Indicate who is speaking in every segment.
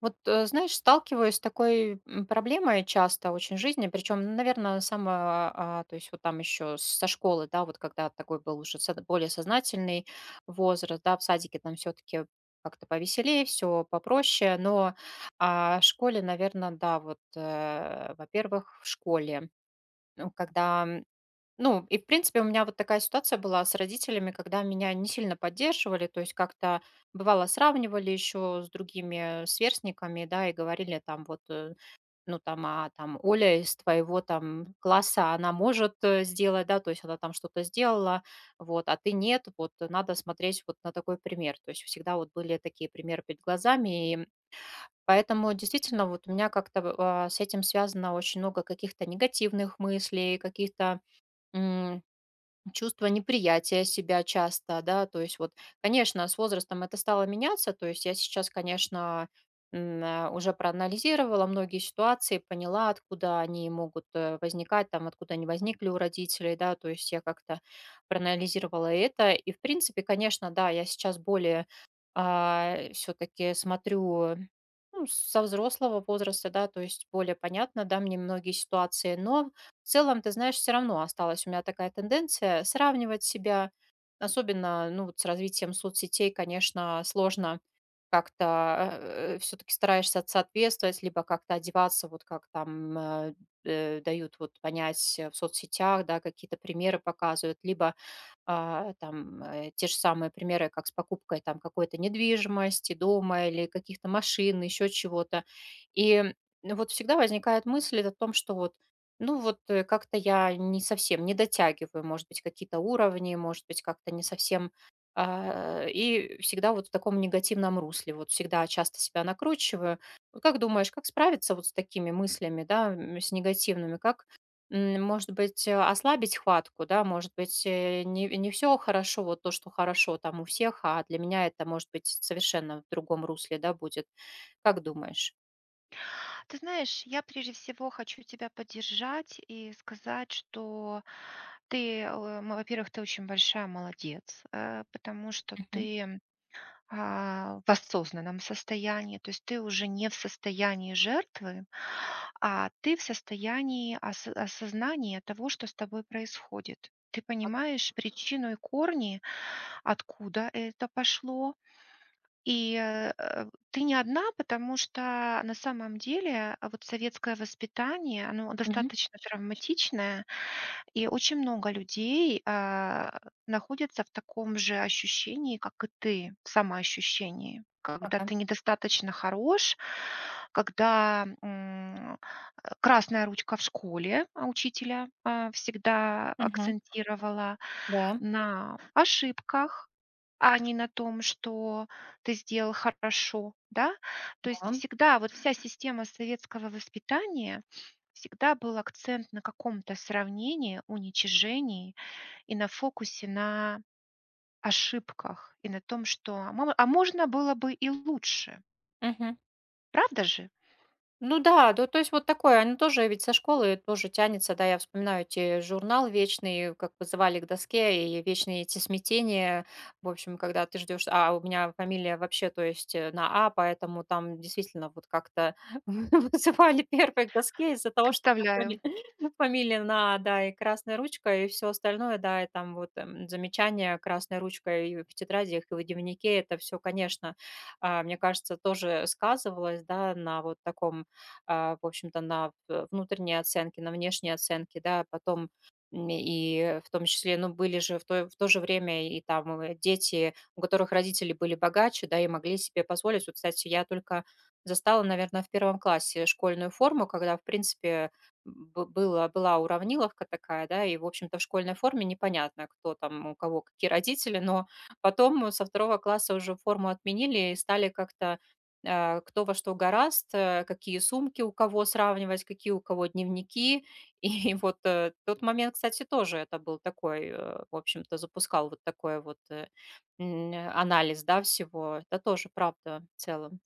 Speaker 1: Знаешь, сталкиваюсь с такой, проблемой часто очень в жизни, причем, наверное, сама, то есть вот там еще со школы, да, вот когда такой был уже со более сознательный возраст, да, в садике там все-таки как-то повеселее, все попроще, но, в школе, наверное, да, во-первых, в школе, ну, и в принципе у меня вот такая ситуация была с родителями, когда меня не сильно поддерживали, то есть как-то бывало сравнивали еще с другими сверстниками, да, и говорили там ну там, а там Оля из твоего там класса, она может сделать, да, то есть она там что-то сделала, вот, а ты нет, надо смотреть вот на такой пример, то есть всегда вот были такие примеры перед глазами, и поэтому действительно вот у меня как-то с этим связано очень много каких-то негативных мыслей, каких-то. Чувство неприятия себя часто, да, то есть вот, конечно, с возрастом это стало меняться, то есть я сейчас, конечно, уже проанализировала многие ситуации, поняла, откуда они могут возникать, там, откуда они возникли у родителей, да, то есть я как-то проанализировала это, и, в принципе, конечно, да, я сейчас более все-таки смотрю ну, со взрослого возраста, да, то есть более понятно, да, мне многие ситуации, но в целом, ты знаешь, все равно осталась у меня такая тенденция сравнивать себя, особенно, ну, вот с развитием соцсетей, конечно, сложно как-то все-таки стараешься соответствовать, либо как-то одеваться, вот как там дают вот понять в соцсетях, да, какие-то примеры показывают, либо те же самые примеры, как с покупкой там какой-то недвижимости, дома или каких-то машин, еще чего-то. И ну, вот всегда возникает мысль о том, что вот, как-то я не совсем не дотягиваю, может быть, какие-то уровни, может быть, как-то не совсем и всегда вот в таком негативном русле, вот всегда часто себя накручиваю. Вот как думаешь, как справиться вот с такими мыслями, да, с негативными, как. Может быть, ослабить хватку, да, может быть, не все хорошо, вот то, что хорошо там у всех, а для меня это, может быть, совершенно в другом русле, да, будет. Как думаешь?
Speaker 2: Ты знаешь, я прежде всего хочу тебя поддержать и сказать, что ты, во-первых, ты очень большая молодец, потому что
Speaker 1: Мгм.
Speaker 2: ты в осознанном состоянии, то есть ты уже не в состоянии жертвы, а ты в состоянии осознания того, что с тобой происходит. Ты понимаешь причину и корни, откуда это пошло, и, ты не одна, потому что на самом деле, вот советское воспитание, оно
Speaker 1: Мгм.
Speaker 2: достаточно травматичное. И очень много людей, находится в таком же ощущении, как и ты, в самоощущении, когда
Speaker 1: Ага.
Speaker 2: ты недостаточно хорош, когда, красная ручка в школе, учителя, всегда
Speaker 1: Мгм.
Speaker 2: акцентировала
Speaker 1: Да,
Speaker 2: на ошибках, а не на том, что ты сделал хорошо, да. То есть
Speaker 1: да.
Speaker 2: всегда вот вся система советского воспитания всегда был акцент на каком-то сравнении, уничижении и на фокусе на ошибках, и на том, что, а мо а можно было бы и лучше.
Speaker 1: Мгм.
Speaker 2: Правда же?
Speaker 1: Ну да, ну то есть вот такое, оно тоже ведь со школы тоже тянется, да, я вспоминаю эти журнал вечный, как вызывали к доске, и вечные эти смятения, в общем, когда ты ждешь, а у меня фамилия вообще, то есть на А, поэтому там действительно вот как-то вызывали первой к доске из-за того, что у
Speaker 2: Представляю.
Speaker 1: меня фамилия, фамилия на А, да, и красная ручка, и все остальное, да, и там замечания красной ручкой и в тетрадях, и в дневнике, это все, конечно, мне кажется, тоже сказывалось, да, на вот таком в общем-то, на в внутренние оценки, на внешние оценки, да, потом, и в том числе, ну, были же в то же время и там, дети, у которых родители были богаче, да, и могли себе позволить. Вот, кстати, я только застала, наверное, в первом классе школьную форму, когда, в принципе, б было была уравниловка такая, да, и, в общем-то, в школьной форме непонятно, кто там, у кого какие родители, но потом со второго класса уже форму отменили и стали как-то кто во что гораст, какие сумки у кого сравнивать, какие у кого дневники. И тот момент, кстати, тоже это был такой, в общем-то, запускал вот такой анализ, да, всего. Это тоже правда в целом.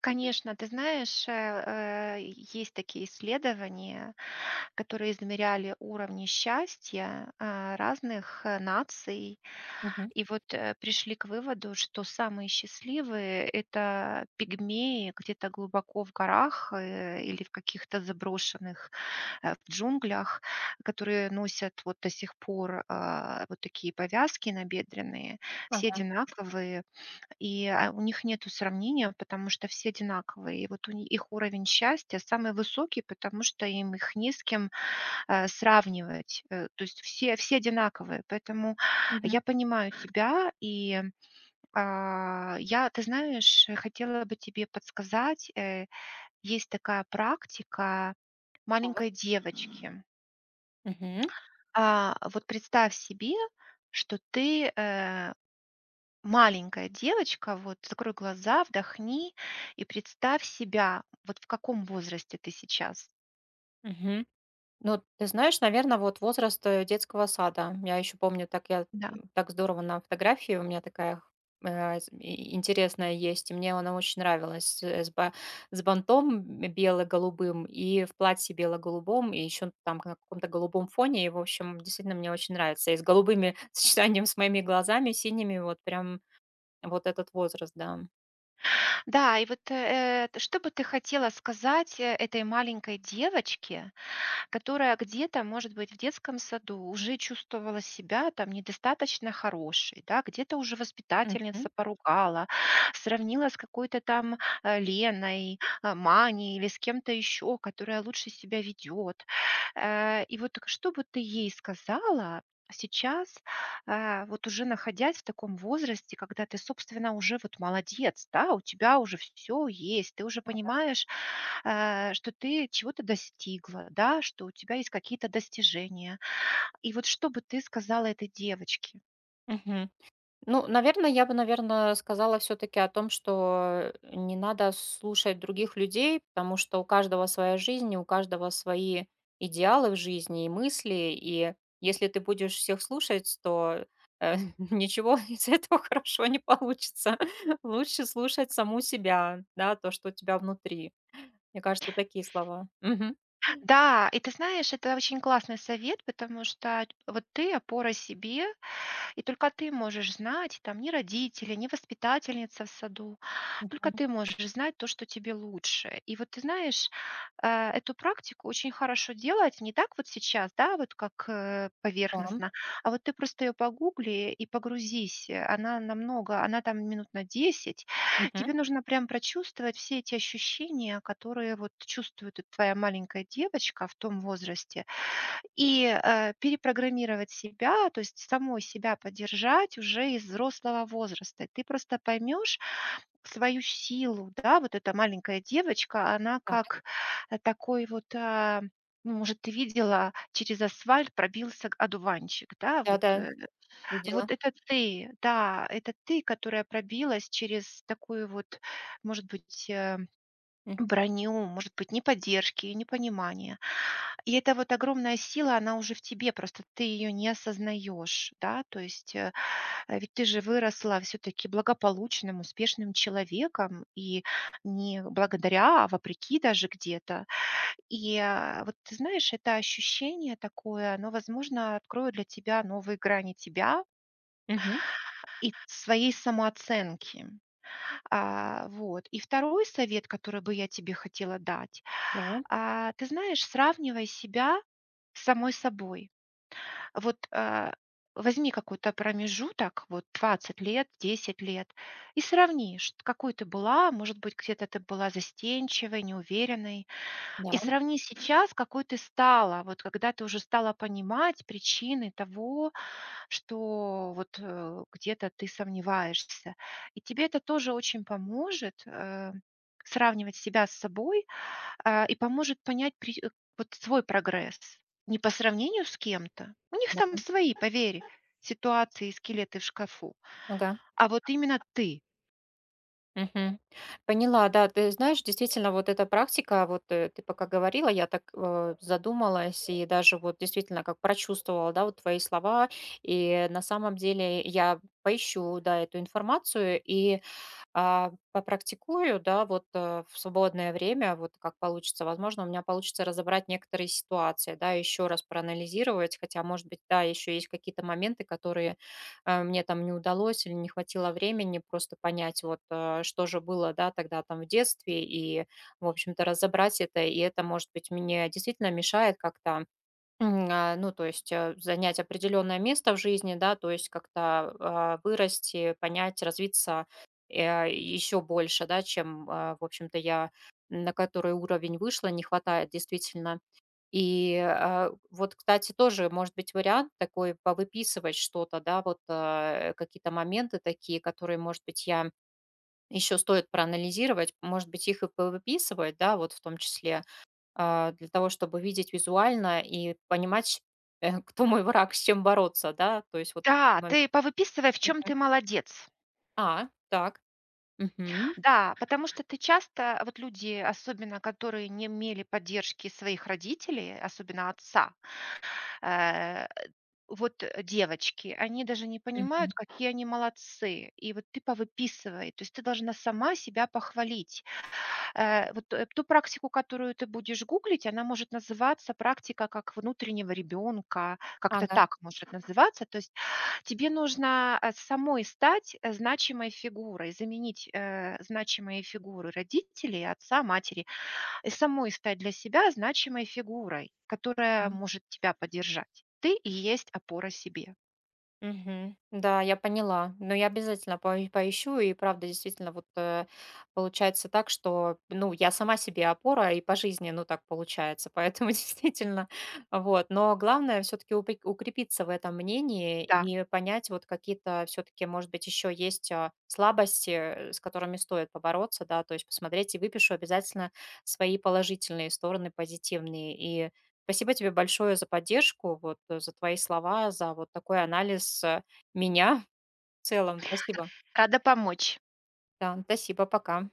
Speaker 2: Конечно, ты знаешь, э, есть такие исследования, которые измеряли уровни счастья, разных, наций.
Speaker 1: Мгм.
Speaker 2: И вот, пришли к выводу, что самые счастливые — это пигмеи где-то глубоко в горах, или в каких-то заброшенных, в джунглях, которые носят вот до сих пор, вот такие повязки набедренные, все
Speaker 1: Ага.
Speaker 2: одинаковые. И, у них нету сравнения, потому что все одинаковые. И вот у ни их уровень счастья самый высокий, потому что им их не с кем, сравнивать. Э, то есть все одинаковые. Поэтому
Speaker 1: Мгм.
Speaker 2: я понимаю тебя и, я, ты знаешь, хотела бы тебе подсказать. Э, есть такая практика
Speaker 1: Так.
Speaker 2: маленькой девочки.
Speaker 1: Мгм.
Speaker 2: А, вот представь себе, что ты, маленькая девочка, вот закрой глаза, вдохни и представь себя, вот в каком возрасте ты сейчас.
Speaker 1: Мгм. Ну, ты знаешь, наверное, вот возраст детского сада. Я еще помню, так я
Speaker 2: Да,
Speaker 1: так здорово на фотографии у меня такая интересная есть, и мне она очень нравилась с бантом бело-голубым и в платье бело-голубом, и еще там на каком-то голубом фоне, и, в общем, действительно мне очень нравится. И с голубыми сочетанием с моими глазами, синими, вот прям вот этот возраст, да.
Speaker 2: да и вот что бы ты хотела сказать этой маленькой девочке, которая где-то, может быть, в детском саду уже чувствовала себя там недостаточно хорошей, да, где-то уже
Speaker 1: Мгм.
Speaker 2: воспитательница поругала, сравнила с какой-то там Леной, Маней или с кем-то еще, которая лучше себя ведет. И вот что бы ты ей сказала сейчас, вот уже находясь в таком возрасте, когда ты, собственно, уже вот молодец, да, у тебя уже все есть, ты уже понимаешь, что ты чего-то достигла, да, что у тебя есть какие-то достижения. И вот что бы ты сказала этой девочке?
Speaker 1: Мгм. Ну, наверное, я бы, наверное, сказала все-таки о том, что не надо слушать других людей, потому что у каждого своя жизнь, и у каждого свои идеалы в жизни и мысли. И если ты будешь всех слушать, то э, ничего из этого хорошо не получится. Лучше слушать саму себя, да, то, что у тебя внутри. Мне кажется, такие слова. Мгм.
Speaker 2: Да, и ты знаешь, это очень классный совет, потому что вот ты опора себе, и только ты можешь знать, там ни родители, ни воспитательница в саду, только
Speaker 1: Мгм.
Speaker 2: ты можешь знать то, что тебе лучше. И вот ты знаешь, эту практику очень хорошо делать не так вот сейчас, да, вот как
Speaker 1: Да.
Speaker 2: поверхностно, а вот ты просто ее погугли и погрузись. Она намного, она там минут на 10.
Speaker 1: Мгм.
Speaker 2: Тебе нужно прям прочувствовать все эти ощущения, которые вот чувствует и твоя маленькая девочка в том возрасте, и, перепрограммировать себя, то есть самой себя поддержать уже из взрослого возраста. Ты просто поймешь свою силу, да. Вот эта маленькая девочка, она
Speaker 1: Так.
Speaker 2: как, э, такой вот, а, ну, может, ты видела, через асфальт пробился одуванчик, да.
Speaker 1: Да, да, видела.
Speaker 2: Вот это ты, да, это ты, которая пробилась через такую вот, может быть,
Speaker 1: М.
Speaker 2: броню, может быть, неподдержки, непонимания. И эта вот огромная сила, она уже в тебе, просто ты ее не осознаешь, да, то есть, ведь ты же выросла все-таки благополучным, успешным человеком, и не благодаря, а вопреки даже где-то. Вот ты знаешь, это ощущение такое, оно, возможно, откроет для тебя новые грани тебя
Speaker 1: Мгм.
Speaker 2: и своей самооценки. А, вот. И второй совет, который бы я тебе хотела дать,
Speaker 1: Да,
Speaker 2: ты знаешь, сравнивай себя с самой собой. Вот, а, возьми какой-то промежуток, вот 20 лет, 10 лет, и сравни, какой ты была, может быть, где-то ты была застенчивой, неуверенной, и
Speaker 1: да,
Speaker 2: сравни сейчас, какой ты стала, вот когда ты уже стала понимать причины того, что вот где-то ты сомневаешься. И тебе это тоже очень поможет сравнивать себя с собой и поможет понять вот свой прогресс. Не по сравнению с кем-то. У них
Speaker 1: да.
Speaker 2: там свои, поверь, ситуации и скелеты в шкафу.
Speaker 1: Ага.
Speaker 2: А вот именно ты.
Speaker 1: Мгм. Поняла, да. Ты знаешь, действительно, вот эта практика, ты пока говорила, я так задумалась и даже вот действительно как прочувствовала, да, вот твои слова. И на самом деле я поищу, да, эту информацию и попрактикую, да, в свободное время, вот как получится. Возможно, у меня получится разобрать некоторые ситуации, да, еще раз проанализировать, хотя, может быть, да, еще есть какие-то моменты, которые мне там не удалось или не хватило времени просто понять, вот, что же было, да, тогда там в детстве, и, в общем-то, разобрать это, и это, может быть, мне действительно мешает как-то. Ну, то есть, занять определенное место в жизни, да, то есть как-то, вырасти, понять, развиться, еще больше, да, чем, в общем-то, я на который уровень вышла, не хватает действительно. И, вот, кстати, тоже может быть вариант такой повыписывать что-то, да, вот, какие-то моменты такие, которые, может быть, я еще стоит проанализировать, может быть, их и повыписывать, да, вот в том числе для того, чтобы видеть визуально и понимать, кто мой враг, с чем бороться, да, то есть вот такие
Speaker 2: Да,
Speaker 1: моменты.
Speaker 2: ты повыписывай, в чем ты молодец.
Speaker 1: А, так. Мгм.
Speaker 2: Да, потому что ты часто, вот люди, особенно которые не имели поддержки своих родителей, особенно отца, э, девочки, они даже не
Speaker 1: Мгм.
Speaker 2: понимают, какие они молодцы. И вот ты повыписывай, то есть ты должна сама себя похвалить. Ту практику, которую ты будешь гуглить, она может называться "Практика как внутреннего ребенка", как-то
Speaker 1: Ага.
Speaker 2: так может называться. То есть тебе нужно, самой стать, значимой фигурой, заменить, значимые фигуры родителей, отца, матери, и самой стать для себя значимой фигурой, которая может тебя поддержать. Ты и есть опора себе.
Speaker 1: Мгм. Да, я поняла. Но я обязательно пое поищу. И правда, действительно, вот, получается так, что, ну, я сама себе опора и по жизни, ну, так получается. Поэтому действительно, вот. Но главное все таки укрепиться в этом мнении
Speaker 2: Да,
Speaker 1: и понять, вот какие-то все таки может быть, еще есть, слабости, с которыми стоит побороться, да. То есть посмотреть и выпишу обязательно свои положительные стороны, позитивные. И спасибо тебе большое за поддержку, вот, за твои слова, за вот такой анализ, меня в целом. Спасибо.
Speaker 2: рада помочь.
Speaker 1: Да, спасибо, пока.